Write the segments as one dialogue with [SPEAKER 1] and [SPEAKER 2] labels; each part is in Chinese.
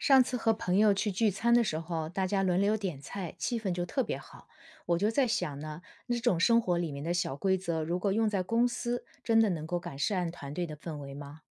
[SPEAKER 1] 上次和朋友去聚餐的时候，大家轮流点菜，气氛就特别好。我就在想呢，那种生活里面的小规则，如果用在公司，真的能够改善团队的氛围吗？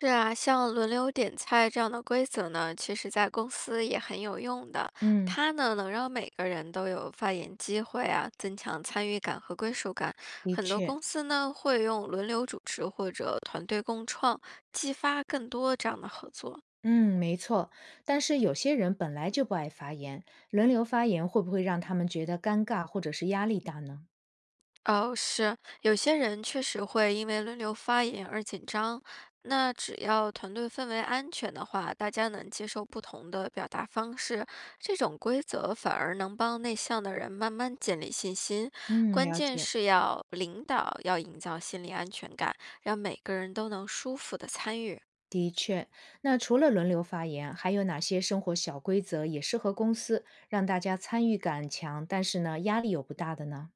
[SPEAKER 2] 是啊，像轮流点菜这样的规则呢，其实在公司也很有用的。
[SPEAKER 1] 嗯，
[SPEAKER 2] 它呢，能让每个人都有发言机会啊，增强参与感和归属感。
[SPEAKER 1] 的
[SPEAKER 2] 很多
[SPEAKER 1] 确，
[SPEAKER 2] 公司呢，会用轮流主持或者团队共创，激发更多这样的合作。
[SPEAKER 1] 嗯，没错。但是有些人本来就不爱发言，轮流发言会不会让他们觉得尴尬或者是压力大呢？
[SPEAKER 2] 哦，是，有些人确实会因为轮流发言而紧张。那只要团队氛围安全的话，大家能接受不同的表达方式，这种规则反而能帮内向的人慢慢建立信心。
[SPEAKER 1] 嗯，
[SPEAKER 2] 关
[SPEAKER 1] 了
[SPEAKER 2] 键
[SPEAKER 1] 解。
[SPEAKER 2] 是要领导要营造心理安全感，让每个人都能舒服的参与。
[SPEAKER 1] 的确，那除了轮流发言，还有哪些生活小规则也适合公司，让大家参与感强，但是呢，压力又不大的呢？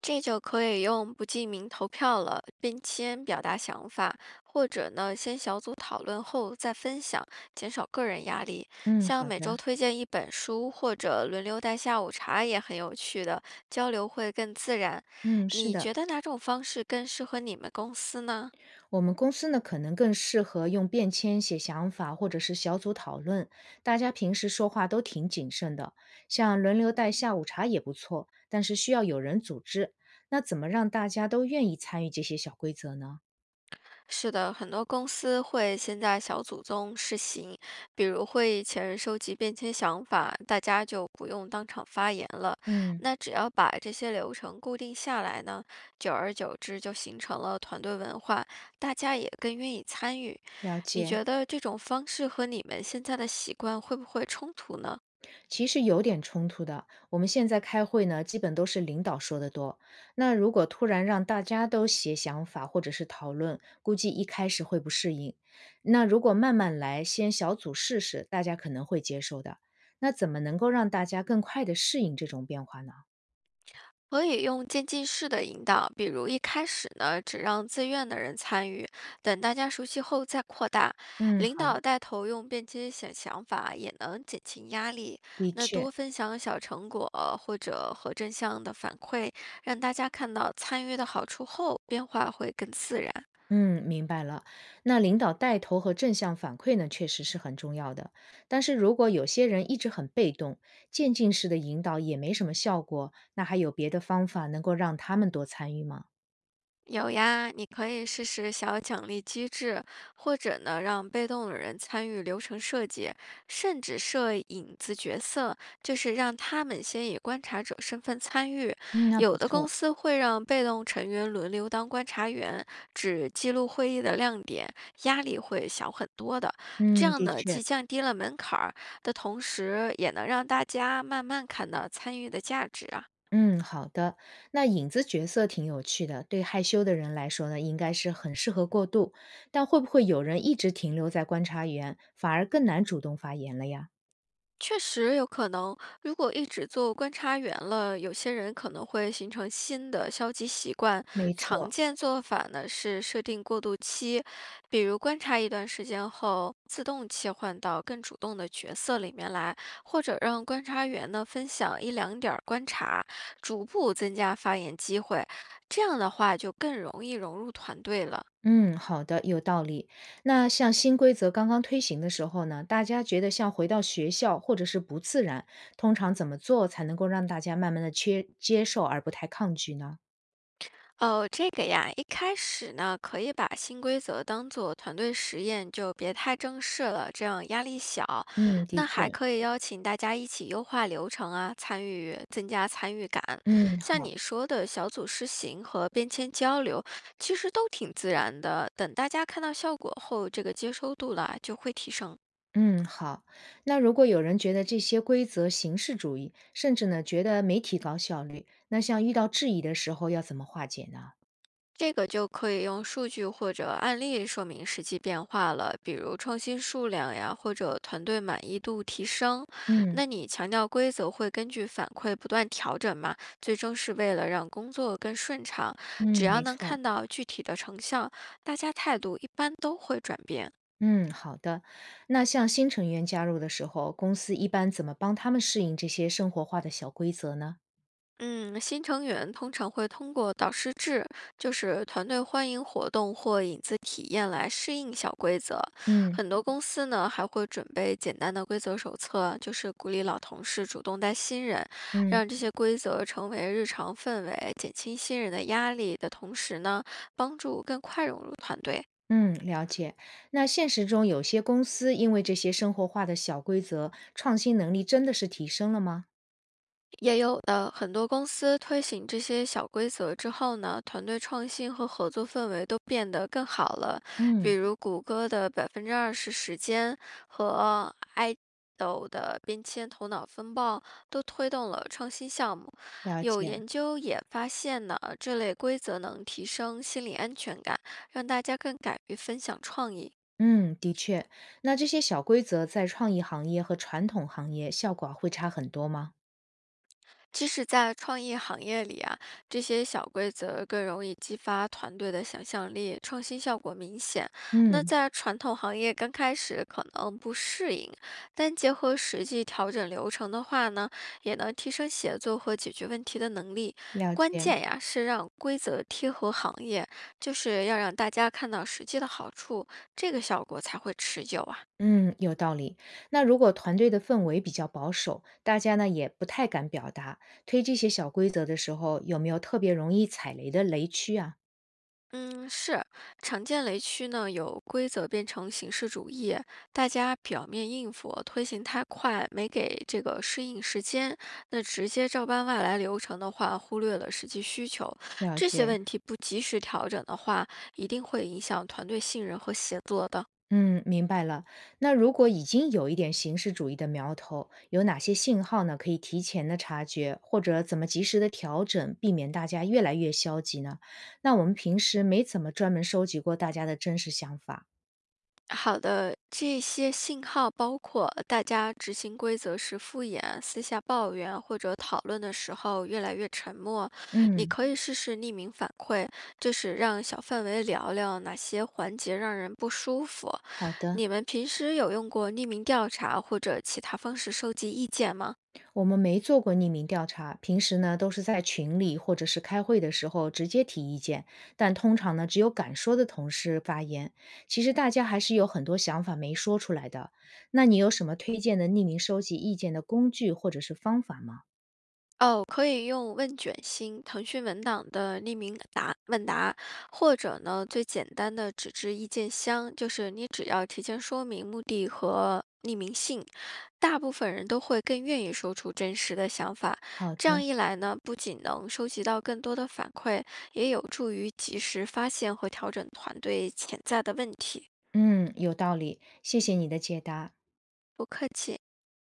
[SPEAKER 2] 这就可以用不记名投票了，并先表达想法，或者呢，先小组讨论后再分享，减少个人压力。
[SPEAKER 1] 嗯，
[SPEAKER 2] 像
[SPEAKER 1] 好
[SPEAKER 2] 每周
[SPEAKER 1] 的。
[SPEAKER 2] 推荐一本书，或者轮流带下午茶也很有趣的，交流会更自然。
[SPEAKER 1] 嗯，是
[SPEAKER 2] 你
[SPEAKER 1] 的，
[SPEAKER 2] 觉得哪种方式更适合你们公司呢？
[SPEAKER 1] 我们公司呢可能更适合用便签写想法，或者是小组讨论。大家平时说话都挺谨慎的，像轮流带下午茶也不错，但是需要有人组织。那怎么让大家都愿意参与这些小规则呢？
[SPEAKER 2] 是的，很多公司会先在小组中试行，比如会议前收集变迁想法，大家就不用当场发言了。
[SPEAKER 1] 嗯，
[SPEAKER 2] 那只要把这些流程固定下来呢，久而久之就形成了团队文化，大家也更愿意参与。
[SPEAKER 1] 了
[SPEAKER 2] 你
[SPEAKER 1] 解。
[SPEAKER 2] 觉得这种方式和你们现在的习惯会不会冲突呢？
[SPEAKER 1] 其实有点冲突的。我们现在开会呢，基本都是领导说的多。那如果突然让大家都写想法或者是讨论，估计一开始会不适应。那如果慢慢来，先小组试试，大家可能会接受的。那怎么能够让大家更快的适应这种变化呢？
[SPEAKER 2] 可以用渐进式的引导，比如一开始呢，只让自愿的人参与，等大家熟悉后再扩大。
[SPEAKER 1] 嗯，
[SPEAKER 2] 领
[SPEAKER 1] 好，
[SPEAKER 2] 导带头用便捷想想法，也能减轻压力。
[SPEAKER 1] 的
[SPEAKER 2] 那
[SPEAKER 1] 确。
[SPEAKER 2] 多分享小成果或者和正向的反馈，让大家看到参与的好处后，变化会更自然。
[SPEAKER 1] 嗯，明白了。那领导带头和正向反馈呢，确实是很重要的。但是如果有些人一直很被动，渐进式的引导也没什么效果，那还有别的方法能够让他们多参与吗？
[SPEAKER 2] 有呀，你可以试试小奖励机制，或者呢，让被动的人参与流程设计，甚至设影子角色，就是让他们先以观察者身份参与。
[SPEAKER 1] 嗯，那不
[SPEAKER 2] 有的公
[SPEAKER 1] 错。
[SPEAKER 2] 司会让被动成员轮流当观察员，只记录会议的亮点，压力会小很多的。这
[SPEAKER 1] 嗯，
[SPEAKER 2] 样
[SPEAKER 1] 的
[SPEAKER 2] 呢，
[SPEAKER 1] 确。
[SPEAKER 2] 既降低了门槛儿的同时，也能让大家慢慢看到参与的价值啊。
[SPEAKER 1] 嗯，好的。那影子角色挺有趣的，对害羞的人来说呢，应该是很适合过渡。但会不会有人一直停留在观察员，反而更难主动发言了呀？
[SPEAKER 2] 确实有可能，如果一直做观察员了，有些人可能会形成新的消极习惯。
[SPEAKER 1] 没
[SPEAKER 2] 常
[SPEAKER 1] 错，
[SPEAKER 2] 见做法呢是设定过渡期，比如观察一段时间后，自动切换到更主动的角色里面来，或者让观察员呢分享一两点儿观察，逐步增加发言机会。这样的话就更容易融入团队了。
[SPEAKER 1] 嗯，好的，有道理。那像新规则刚刚推行的时候呢，大家觉得像回到学校或者是不自然，通常怎么做才能够让大家慢慢的接接受而不太抗拒呢？
[SPEAKER 2] 哦，这个呀，一开始呢，可以把新规则当做团队实验，就别太正式了，这样压力小。
[SPEAKER 1] 嗯，的
[SPEAKER 2] 那还
[SPEAKER 1] 确，
[SPEAKER 2] 可以邀请大家一起优化流程啊，参与，增加参与感。
[SPEAKER 1] 嗯，
[SPEAKER 2] 像
[SPEAKER 1] 好，
[SPEAKER 2] 你说的小组试行和便签交流，其实都挺自然的。等大家看到效果后，这个接收度啦就会提升。
[SPEAKER 1] 嗯，好。那如果有人觉得这些规则形式主义，甚至呢觉得没提高效率，那像遇到质疑的时候要怎么化解呢？
[SPEAKER 2] 这个就可以用数据或者案例说明实际变化了，比如创新数量呀，或者团队满意度提升。
[SPEAKER 1] 嗯
[SPEAKER 2] 那你强调规则会根据反馈不断调整嘛？最终是为了让工作更顺畅。只
[SPEAKER 1] 嗯，
[SPEAKER 2] 要
[SPEAKER 1] 没
[SPEAKER 2] 能
[SPEAKER 1] 错。
[SPEAKER 2] 看到具体的成效，大家态度一般都会转变。
[SPEAKER 1] 嗯，好的。那像新成员加入的时候，公司一般怎么帮他们适应这些生活化的小规则呢？
[SPEAKER 2] 嗯，新成员通常会通过导师制，就是团队欢迎活动或引子体验来适应小规则。
[SPEAKER 1] 嗯
[SPEAKER 2] 很多公司呢还会准备简单的规则手册，就是鼓励老同事主动带新人，
[SPEAKER 1] 嗯
[SPEAKER 2] 让这些规则成为日常氛围，减轻新人的压力的同时呢，帮助更快融入团队。
[SPEAKER 1] 嗯，了解。那现实中有些公司因为这些生活化的小规则，创新能力真的是提升了吗？
[SPEAKER 2] 也有的很多公司推行这些小规则之后呢，团队创新和合作氛围都变得更好了。比
[SPEAKER 1] 嗯，
[SPEAKER 2] 如谷歌的20%时间和爱豆的便签头脑风暴都推动了创新项目。
[SPEAKER 1] 了
[SPEAKER 2] 有
[SPEAKER 1] 解。
[SPEAKER 2] 研究也发现呢，这类规则能提升心理安全感，让大家更敢于分享创意。
[SPEAKER 1] 嗯，的确。那这些小规则在创意行业和传统行业效果会差很多吗？
[SPEAKER 2] 即使在创意行业里啊，这些小规则更容易激发团队的想象力，创新效果明显。那
[SPEAKER 1] 嗯，
[SPEAKER 2] 在传统行业刚开始可能不适应，但结合实际调整流程的话呢，也能提升协作和解决问题的能力。
[SPEAKER 1] 了
[SPEAKER 2] 关
[SPEAKER 1] 解。
[SPEAKER 2] 键呀是让规则贴合行业，就是要让大家看到实际的好处，这个效果才会持久啊。
[SPEAKER 1] 嗯，有道理。那如果团队的氛围比较保守，大家呢也不太敢表达，推这些小规则的时候，有没有特别容易踩雷的雷区啊？
[SPEAKER 2] 嗯，是常见雷区呢，有规则变成形式主义，大家表面应付，推行太快，没给这个适应时间，那直接照搬外来流程的话，忽略了实际需求，
[SPEAKER 1] 了
[SPEAKER 2] 这些
[SPEAKER 1] 解。
[SPEAKER 2] 问题不及时调整的话，一定会影响团队信任和协作的。
[SPEAKER 1] 嗯，明白了。那如果已经有一点形式主义的苗头，有哪些信号呢？可以提前的察觉，或者怎么及时的调整，避免大家越来越消极呢？那我们平时没怎么专门收集过大家的真实想法。
[SPEAKER 2] 好的，这些信号包括大家执行规则时敷衍、私下抱怨或者讨论的时候越来越沉默。你
[SPEAKER 1] 嗯，
[SPEAKER 2] 可以试试匿名反馈，就是让小范围聊聊哪些环节让人不舒服。
[SPEAKER 1] 好的，
[SPEAKER 2] 你们平时有用过匿名调查或者其他方式收集意见吗？
[SPEAKER 1] 我们没做过匿名调查，平时呢都是在群里或者是开会的时候直接提意见，但通常呢只有敢说的同事发言。其实大家还是有很多想法没说出来的。那你有什么推荐的匿名收集意见的工具或者是方法吗？
[SPEAKER 2] 哦，可以用问卷星、腾讯文档的匿名答问答，或者呢，最简单的纸质意见箱，就是你只要提前说明目的和匿名性，大部分人都会更愿意说出真实的想法。
[SPEAKER 1] 好
[SPEAKER 2] 这样
[SPEAKER 1] 的，
[SPEAKER 2] 一来呢，不仅能收集到更多的反馈，也有助于及时发现和调整团队潜在的问题。
[SPEAKER 1] 嗯，有道理，谢谢你的解答。
[SPEAKER 2] 不客气。